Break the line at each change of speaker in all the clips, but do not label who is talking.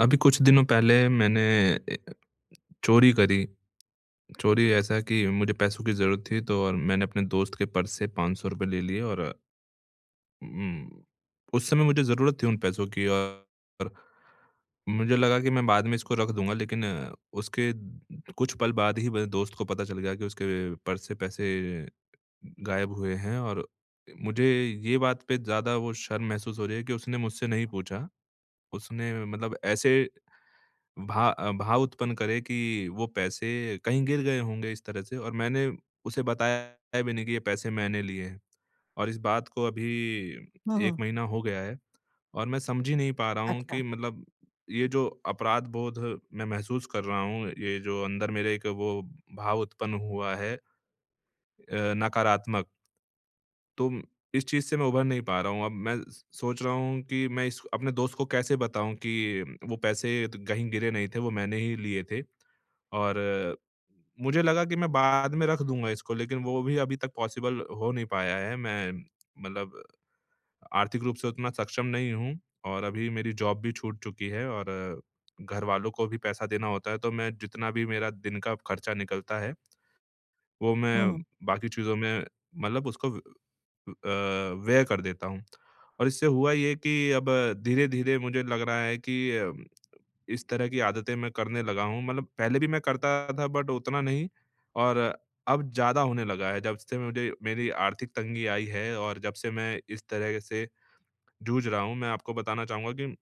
अभी कुछ दिनों पहले मैंने ए, चोरी करी। चोरी ऐसा कि मुझे पैसों की ज़रूरत थी, तो और मैंने अपने दोस्त के पर्स से ₹500 ले लिए, और उम, उस समय मुझे ज़रूरत थी उन पैसों की। और मुझे लगा कि मैं बाद में इसको रख दूँगा, लेकिन कुछ पल बाद ही मेरे दोस्त को पता चल गया कि उसके पर्स से पैसे गायब हुए हैं। और मुझे ये बात पे ज़्यादा वो शर्म महसूस हो रही है कि उसने मुझसे नहीं पूछा। उसने मतलब ऐसे भाव उत्पन्न करे कि वो पैसे कहीं गिर गए होंगे, इस तरह से। और मैंने उसे बताया भी नहीं कि ये पैसे मैंने लिए हैं। और इस बात को अभी
हुँ,
1
हुँ।
महीना हो गया है, और मैं समझ ही नहीं पा रहा हूँ
अच्छा।
कि मतलब, ये जो अपराध बोध मैं महसूस कर रहा हूँ, ये जो अंदर मेरे एक वो भाव उत्पन्न हुआ है, नकारात्मक, तो इस चीज़ से मैं उभर नहीं पा रहा हूँ। अब मैं स सोच रहा हूँ कि मैं इस अपने दोस्त को कैसे बताऊँ कि वो पैसे त कहीं गिरे नहीं थे, वो मैंने ही लिए थे। और मुझे लगा कि मैं बाद में रख दूँगा इसको, लेकिन वो भी अभी तक पॉसिबल हो नहीं पाया है। मैं मतलब आर्थिक रूप से उतना सक्षम नहीं हूँ, और अभी मेरी जॉब भी छूट चुकी है, और घरवालों को भी पैसा देना होता है। तो मैं जितना भी मेरा दिन का खर्चा निकलता है, वो
हुँ,
मैं
हुँ।
बाकी चीज़ों में, मतलब उसको अ, व्यय कर देता हूँ। और इससे हुआ ये कि अब धीरे-धीरे मुझे लग रहा है कि इस तरह की आदतें मैं करने लगा हूँ। मतलब पहले भी मैं करता था, बट उतना नहीं, और अब ज़्यादा होने लगा है। जब से मुझे मेरी आर्थिक तंगी आई है, और जब से मैं इस तरह से जूझ रहा हूँ, मैं आपको बताना चाहूँगा कि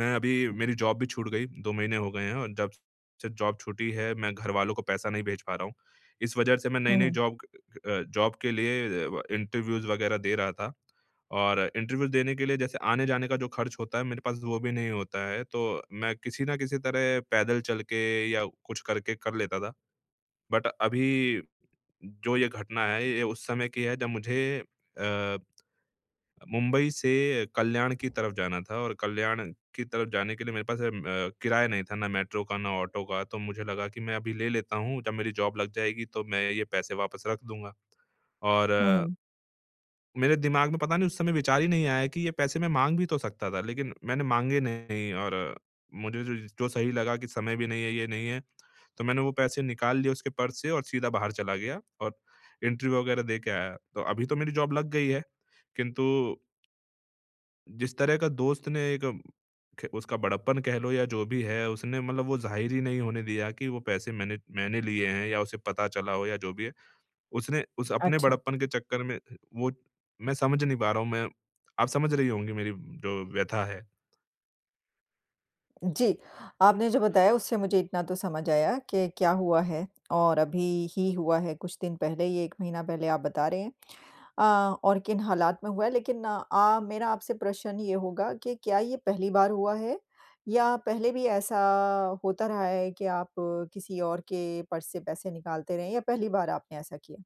मैं अभी, मेरी जॉब भी छूट गई, 2 महीने हो गए हैं। और जब से जॉब छूटी है, मैं घरवालों को पैसा नहीं भेज पा रहा हूँ। इस वजह से मैं
हुँ,
नई-नई
हुँ।
जॉब, जॉब के लिए इंटरव्यूज़ वगैरह दे रहा था। और इंटरव्यू देने के लिए, जैसे आने-जाने का जो खर्च होता है, मेरे पास वो भी नहीं होता है, तो मैं किसी न किसी तरह पैदल चल के या कुछ करके कर लेता था। बट अभी जो ये घटना है, ये उस समय की है जब मुझे अ मुंबई से कल्याण की तरफ जाना था। और कल्याण की तरफ जाने के लिए मेरे पास किराया नहीं था, ना मेट्रो का, ना ऑटो का। तो मुझे लगा कि मैं अभी ले लेता हूँ, जब मेरी जॉब लग जाएगी तो मैं ये पैसे वापस रख दूँगा। और
हुँ, हुँ।
मेरे दिमाग में पता नहीं उस समय विचार ही नहीं आया कि ये पैसे मैं माँग भी तो सकता था, लेकिन मैंने माँगे नहीं। और मुझे जो जो सही लगा कि समय भी नहीं है, ये नहीं है, तो मैंने वो पैसे निकाल लिए उसके पर्स से, और सीधा बाहर चला गया, और इंटरव्यू वगैरह दे के आया। तो अभी तो मेरी जॉब लग गई है, किंतु जिस तरह का दोस्त ने, एक ख उसका बड़प्पन कह लो या जो भी है, उसने मतलब वो ज़ाहिर ही नहीं होने दिया कि वो पैसे मैंने मैंने लिए हैं, या उसे पता चला हो, या जो भी है। उसने उस अपने
अच्छा।
बड़प्पन के चक्कर में, वो मैं समझ नहीं पा रहा हूँ। मैं, आप समझ रही होंगी मेरी जो व्यथा है।
जी, आपने जो बताया उससे मुझे इतना तो समझ आया कि क्या हुआ है और अभी ही हुआ है, कुछ दिन पहले ही 1 महीना पहले आप बता रहे हैं, अ, और किन हालात में हुआ है। लेकिन मेरा आपसे प्रश्न ये होगा कि क्या ये पहली बार हुआ है या पहले भी ऐसा होता रहा है कि आप किसी और के पर्स से पैसे निकालते रहे या पहली बार आपने ऐसा किया?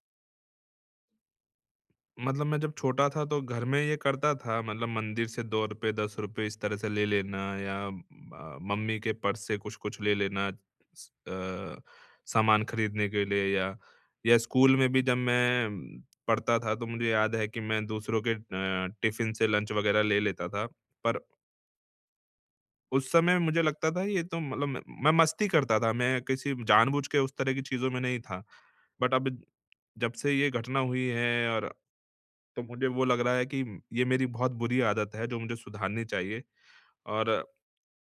मतलब, मैं जब छोटा था तो घर में ये करता था, मतलब मंदिर से ₹2, ₹10 इस तरह से ले लेना, या मम्मी के पर्स से कुछ-कुछ ले लेना, स अ, सामान खरीदने के लिए, या स्कूल में भी जब मैं पढ़ता था, तो मुझे याद है कि मैं दूसरों के टिफ़िन से लंच वगैरह ले लेता था। पर उस समय मुझे लगता था ये तो मतलब, मैं मस्ती करता था, मैं किसी जानबूझ के उस तरह की चीज़ों में नहीं था। बट अब जब से ये घटना हुई है, और तो मुझे वो लग रहा है कि ये मेरी बहुत बुरी आदत है, जो मुझे सुधारनी चाहिए। और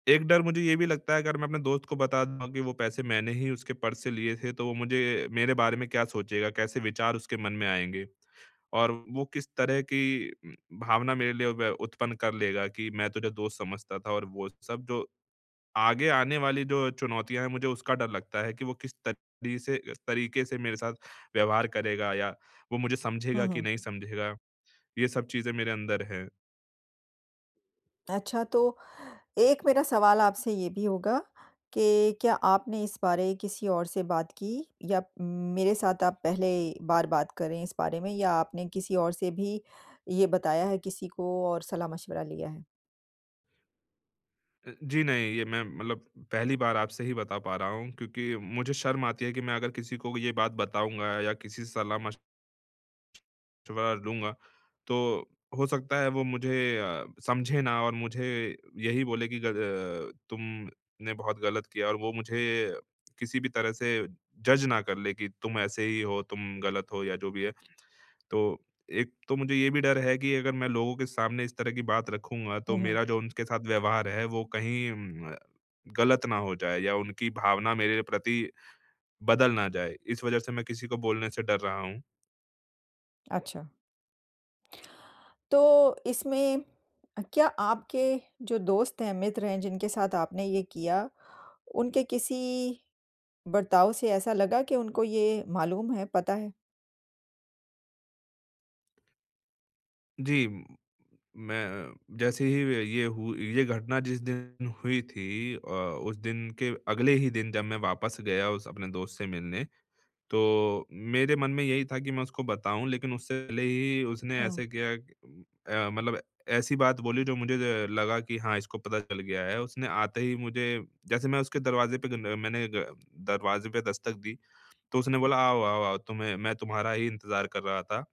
एक डर मुझे ये भी लगता है, अगर मैं अपने दोस्त को बता दूँगा कि वो पैसे मैंने ही उसके पर्स से लिए थे, तो वो मुझे, मेरे बारे में क्या सोचेगा? कैसे विचार उसके मन में आएँगे? और वो किस तरह की भावना मेरे लिए व उत्पन्न कर लेगा कि मैं तुझे दोस्त समझता था, और वो सब, जो आगे आने वाली जो चुनौतियाँ हैं, मुझे उसका डर लगता है कि वो किस तरीके से मेरे साथ व्यवहार करेगा, या वो मुझे
हुँ,
समझेगा कि
हुँ।
नहीं समझेगा? ये सब चीज़ें मेरे अंदर हैं।
अच्छा, तो एक मेरा सवाल आपसे ये भी होगा कि क्या आपने इस बारे किसी और से बात की या मेरे साथ आप पहले बार बात कर रहे हैं इस बारे में या आपने किसी और से भी ये बताया है किसी को और सलाह-मशवरा लिया है?
जी नहीं, ये मैं मतलब पहली बार आपसे ही बता पा रहा हूँ, क्योंकि मुझे शर्म आती है कि मैं अगर किसी को ये बात बताऊँगा, या किसी से सलाह-मशवरा लूँगा, तो हो सकता है वो मुझे समझे ना, और मुझे यही बोले कि तुमने बहुत गलत किया, और वो मुझे किसी भी तरह से जज ना कर ले कि तुम ऐसे ही हो, तुम गलत हो, या जो भी है। तो एक तो मुझे ये भी डर है कि अगर मैं लोगों के सामने इस तरह की बात रखूँगा, तो
हुँ, हुँ।
मेरा जो उनके साथ व्यवहार है, वो कहीं गलत ना हो जाए, या उनकी भावना मेरे प्रति बदल ना जाए। इस वजह से मैं किसी को बोलने से डर रहा हूँ।
अच्छा, तो इसमें क्या आपके जो दोस्त हैं, मित्र हैं जिनके साथ आपने ये किया, उनके किसी बर्ताव से ऐसा लगा कि उनको ये मालूम है, पता है?
जी। मैं जैसे ही ये घटना जिस दिन हुई थी, उस दिन के अगले ही दिन जब मैं वापस गया उस अपने दोस्त से मिलने, तो मेरे मन में यही था कि मैं उसको बताऊँ, लेकिन उससे पहले ही उसने
हुँ,
ऐसे किया कि, मतलब ऐसी बात बोली जो मुझे, ज लगा कि हाँ, इसको पता चल गया है। उसने आते ही मुझे, जैसे मैं उसके दरवाज़े पे, गन मैंने ग दरवाज़े पे दस्तक दी, तो उसने बोला, "आओ, आओ, आओ, तुम्हें, मैं तुम्हारा ही इंतज़ार कर रहा था।"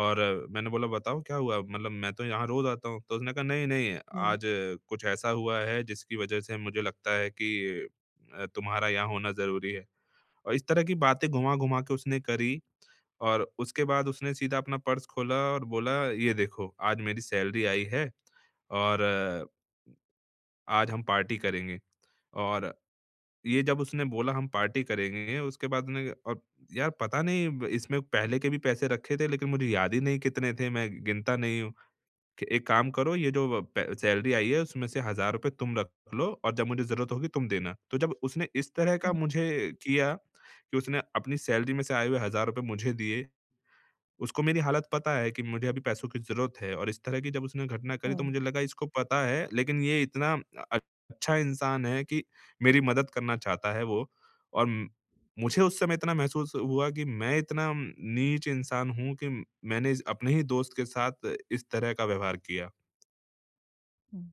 और मैंने बोला, "बताओ क्या हुआ? मतलब मैं तो यहाँ रोज़ आता हूँ।" तो उसने कहा, "नहीं, नहीं,
हुँ,
आज कुछ ऐसा हुआ है जिसकी वज़ह से मुझे लगता है कि तुम्हारा यहाँ होना ज़रूरी है।" और इस तरह की बातें घुमा-घुमा के उसने करी, और उसके बाद उसने सीधा अपना पर्स खोला, और बोला, "ये देखो, आज मेरी सैलरी आई है, और आज हम पार्टी करेंगे।" और ये जब उसने बोला हम पार्टी करेंगे, उसके बाद ने, और यार पता नहीं, इसमें पहले के भी पैसे रखे थे, लेकिन मुझे याद ही नहीं कितने थे, मैं गिनता नहीं हूँ। कि एक काम करो, ये जो पे सैलरी आई है उसमें से ₹1000 तुम रख लो, और जब मुझे ज़रूरत होगी तुम देना। तो जब उसने इस तरह का
हुँ,
मुझे किया कि उसने अपनी सैलरी में से आए हुए ₹1000 मुझे दिए, उसको मेरी हालत पता है कि मुझे अभी पैसों की ज़रूरत है, और इस तरह की जब उसने घटना करी, तो
हुँ,
मुझे लगा इसको पता है, लेकिन ये इतना अ, अच्छा इंसान है कि मेरी मदद करना चाहता है वो, और मुझे उस समय इतना महसूस हुआ कि मैं इतना नीच इंसान हूँ कि मैंने अपने ही दोस्त के साथ इस तरह का व्यवहार किया।
हुँ।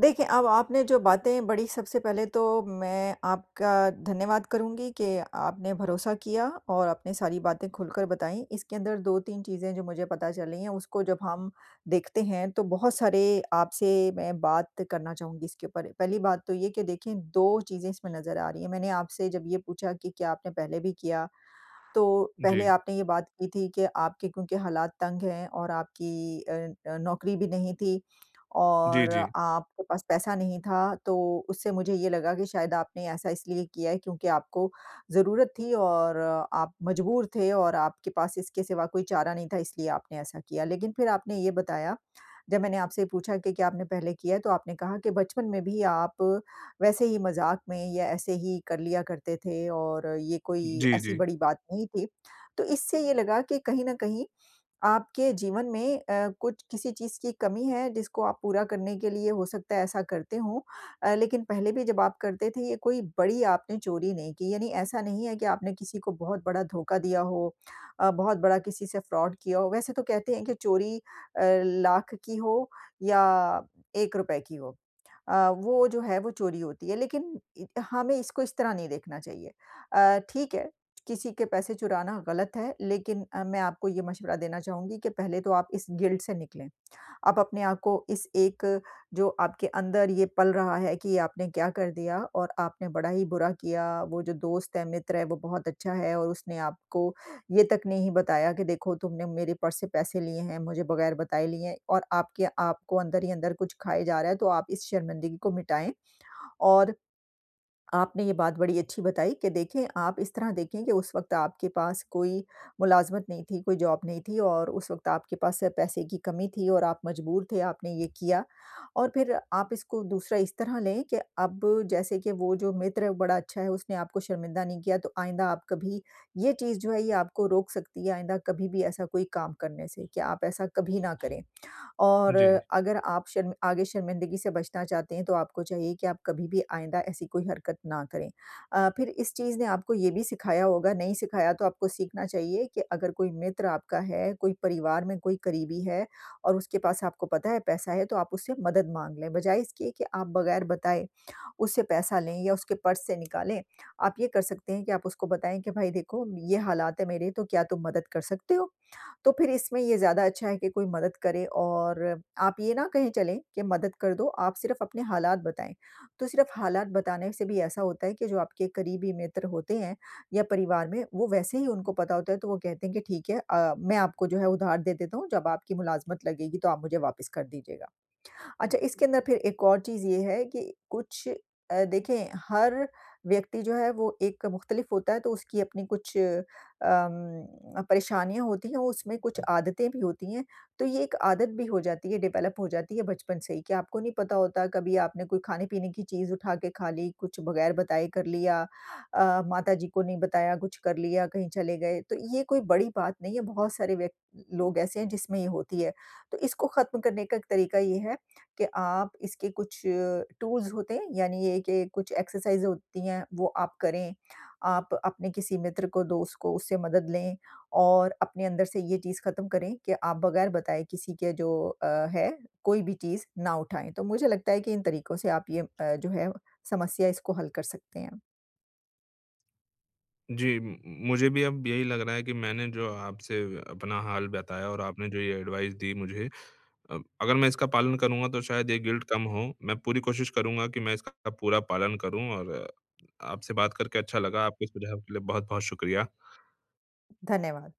देखिए, अब आपने जो बातें बड़ी सबसे पहले तो मैं आपका धन्यवाद करूँगी कि आपने भरोसा किया और आपने सारी बातें खुलकर बताई। इसके अंदर 2-3 चीज़ें जो मुझे पता चली हैं, उसको जब हम देखते हैं, तो बहुत सारे आपसे मैं बात करना चाहूँगी इसके ऊपर। पहली बात तो ये कि देखिए, 2 चीज़ें इसमें नज़र आ रही हैं। मैंने आपसे जब ये पूछा कि क्या आपने पहले भी किया, तो
जी।
पहले आपने ये बात की थी कि आपके क्योंकि हालात तंग हैं और आपकी नौकरी भी नहीं थी
जी,
और
जी।
आपके पास पैसा नहीं था, तो उससे मुझे ये लगा कि शायद आपने ऐसा इसलिए किया है क्योंकि आपको ज़रूरत थी और आप मजबूर थे और आपके पास इसके सिवा कोई चारा नहीं था इसलिए आपने ऐसा किया। लेकिन फिर आपने ये बताया, जब मैंने आपसे पूछा कि क्या आपने पहले किया है, तो आपने कहा कि बचपन में भी आप वैसे ही मज़ाक में या ऐसे ही कर लिया करते थे और ये कोई
जी,
ऐसी
जी।
बड़ी बात नहीं थी। तो इससे ये लगा कि कहीं न कहीं आपके जीवन में कुछ किसी चीज़ की कमी है जिसको आप पूरा करने के लिए हो सकता है ऐसा करते हो। लेकिन पहले भी जब आप करते थे ये कोई बड़ी आपने चोरी नहीं की यानी ऐसा नहीं है कि आपने किसी को बहुत बड़ा धोखा दिया हो, बहुत बड़ा किसी से फ्रॉड किया हो। वैसे तो कहते हैं कि चोरी लाख की हो या ₹1 की हो। वो जो है वो चोरी होती है। लेकिन इ हमें इसको इस तरह नहीं देखना चाहिए। ठीक है, किसी के पैसे चुराना गलत है लेकिन मैं आपको ये मशवरा देना चाहूँगी कि पहले तो आप इस गिल्ट से निकलें। आप अपने आप को इस एक जो आपके अंदर ये पल रहा है कि ये आपने क्या कर दिया और आपने बड़ा ही बुरा किया, वो जो दोस्त है, मित्र है, वो बहुत अच्छा है और उसने आपको ये तक नहीं बताया कि देखो तुमने मेरे पर्स से पैसे लिए हैं, मुझे बगैर बताए लिए हैं और आपके आपको अंदर ही अंदर कुछ खाए जा रहा है, तो आप इस शर्मिंदगी को मिटाएँ। और आपने ये बात बड़ी अच्छी बताई कि देखें, आप इस तरह देखें कि उस वक़्त आपके पास कोई मुलाज़मत नहीं थी, कोई जॉब नहीं थी और उस वक़्त आपके पास सिर्फ पैसे की कमी थी और आप मजबूर थे, आपने ये किया। और फिर आप इसको दूसरा इस तरह लें कि अब जैसे कि वो जो मित्र है वो बड़ा अच्छा है, उसने आपको शर्मिंदा नहीं किया, तो आइंदा आप कभी ये चीज़ जो है, ये आपको रोक सकती है, आइंदा कभी भी ऐसा कोई काम करने से कि आप ऐसा कभी ना करें। और
जी।
अगर आप शर्म आगे शर्मिंदगी से बचना चाहते हैं, तो आपको चाहिए कि आप कभी भी आइंदा ऐसी कोई हरकत ना करें। फिर इस चीज़ ने आपको ये भी सिखाया होगा, नहीं सिखाया तो आपको सीखना चाहिए कि अगर कोई मित्र आपका है, कोई परिवार में कोई करीबी है और उसके पास आपको पता है पैसा है, तो आप उससे मदद माँग लें। बजाए इसके कि आप बगैर बताए उससे पैसा लें या उसके पर्स से निकालें, आप ये कर सकते हैं कि आप उसको बताएँ कि, "भाई देखो, ये हालात है मेरे, तो क्या तुम मदद कर सकते हो?" तो फिर इसमें ये ज़्यादा अच्छा है कि कोई मदद करे और आप ये ना कहीं चलें कि मदद कर दो, आप सिर्फ़ अपने हालात बताएँ। तो सिर्फ़ हालात बताने से भी ऐसा होता है कि जो आपके करीबी मित्र होते हैं या परिवार में, वो वैसे ही उनको पता होता है तो वो कहते हैं कि ठीक है, मैं आपको जो है उधार दे देता हूँ, जब आपकी मुलाज़मत लगेगी तो आप मुझे वापस कर दीजिएगा। अच्छा, इसके अंदर फिर एक और चीज़ ये है कि कुछ देखें, हर व्यक्ति जो है वो एक मुख़्तलिफ़ होता है तो उसकी अपनी कुछ परेशानियाँ होती हैं, उसमें कुछ आदतें भी होती हैं। तो ये एक आदत भी हो जाती है, डेवलप हो जाती है बचपन से ही कि आपको नहीं पता होता कभी आपने कोई खाने-पीने की चीज़ उठा के खा ली, कुछ बगैर बताए कर लिया, माताजी को नहीं बताया, कुछ कर लिया, कहीं चले गए। तो ये कोई बड़ी बात नहीं है, बहुत सारे व्यक लोग ऐसे हैं जिसमें ये होती है। तो इसको ख़त्म करने का एक तरीका ये है कि आप इसके कुछ टूल्स होते हैं यानी ये कि कुछ एक्सरसाइज़ होती हैं वो आप करें। आप अपने किसी मित्र को, दोस्त को उससे मदद लें और अपने अंदर से ये चीज़ ख़त्म करें कि आप बगैर बताए किसी के जो अ, है कोई भी चीज़ ना उठाएँ। तो मुझे लगता है कि इन तरीकों से आप ये जो है समस्या इसको हल कर सकते हैं।
जी, म मुझे भी अब यही लग रहा है कि मैंने जो आपसे अपना हाल बताया, और आपने जो ये एडवाइस दी मुझे, अगर मैं इसका पालन करूँगा तो शायद ये गिल्ट कम हो। मैं पूरी कोशिश करूँगा कि मैं इसका पूरा पालन करूँ, और आपसे बात करके अच्छा लगा। आपके सुझाव के लिए बहुत-बहुत शुक्रिया।
धन्यवाद।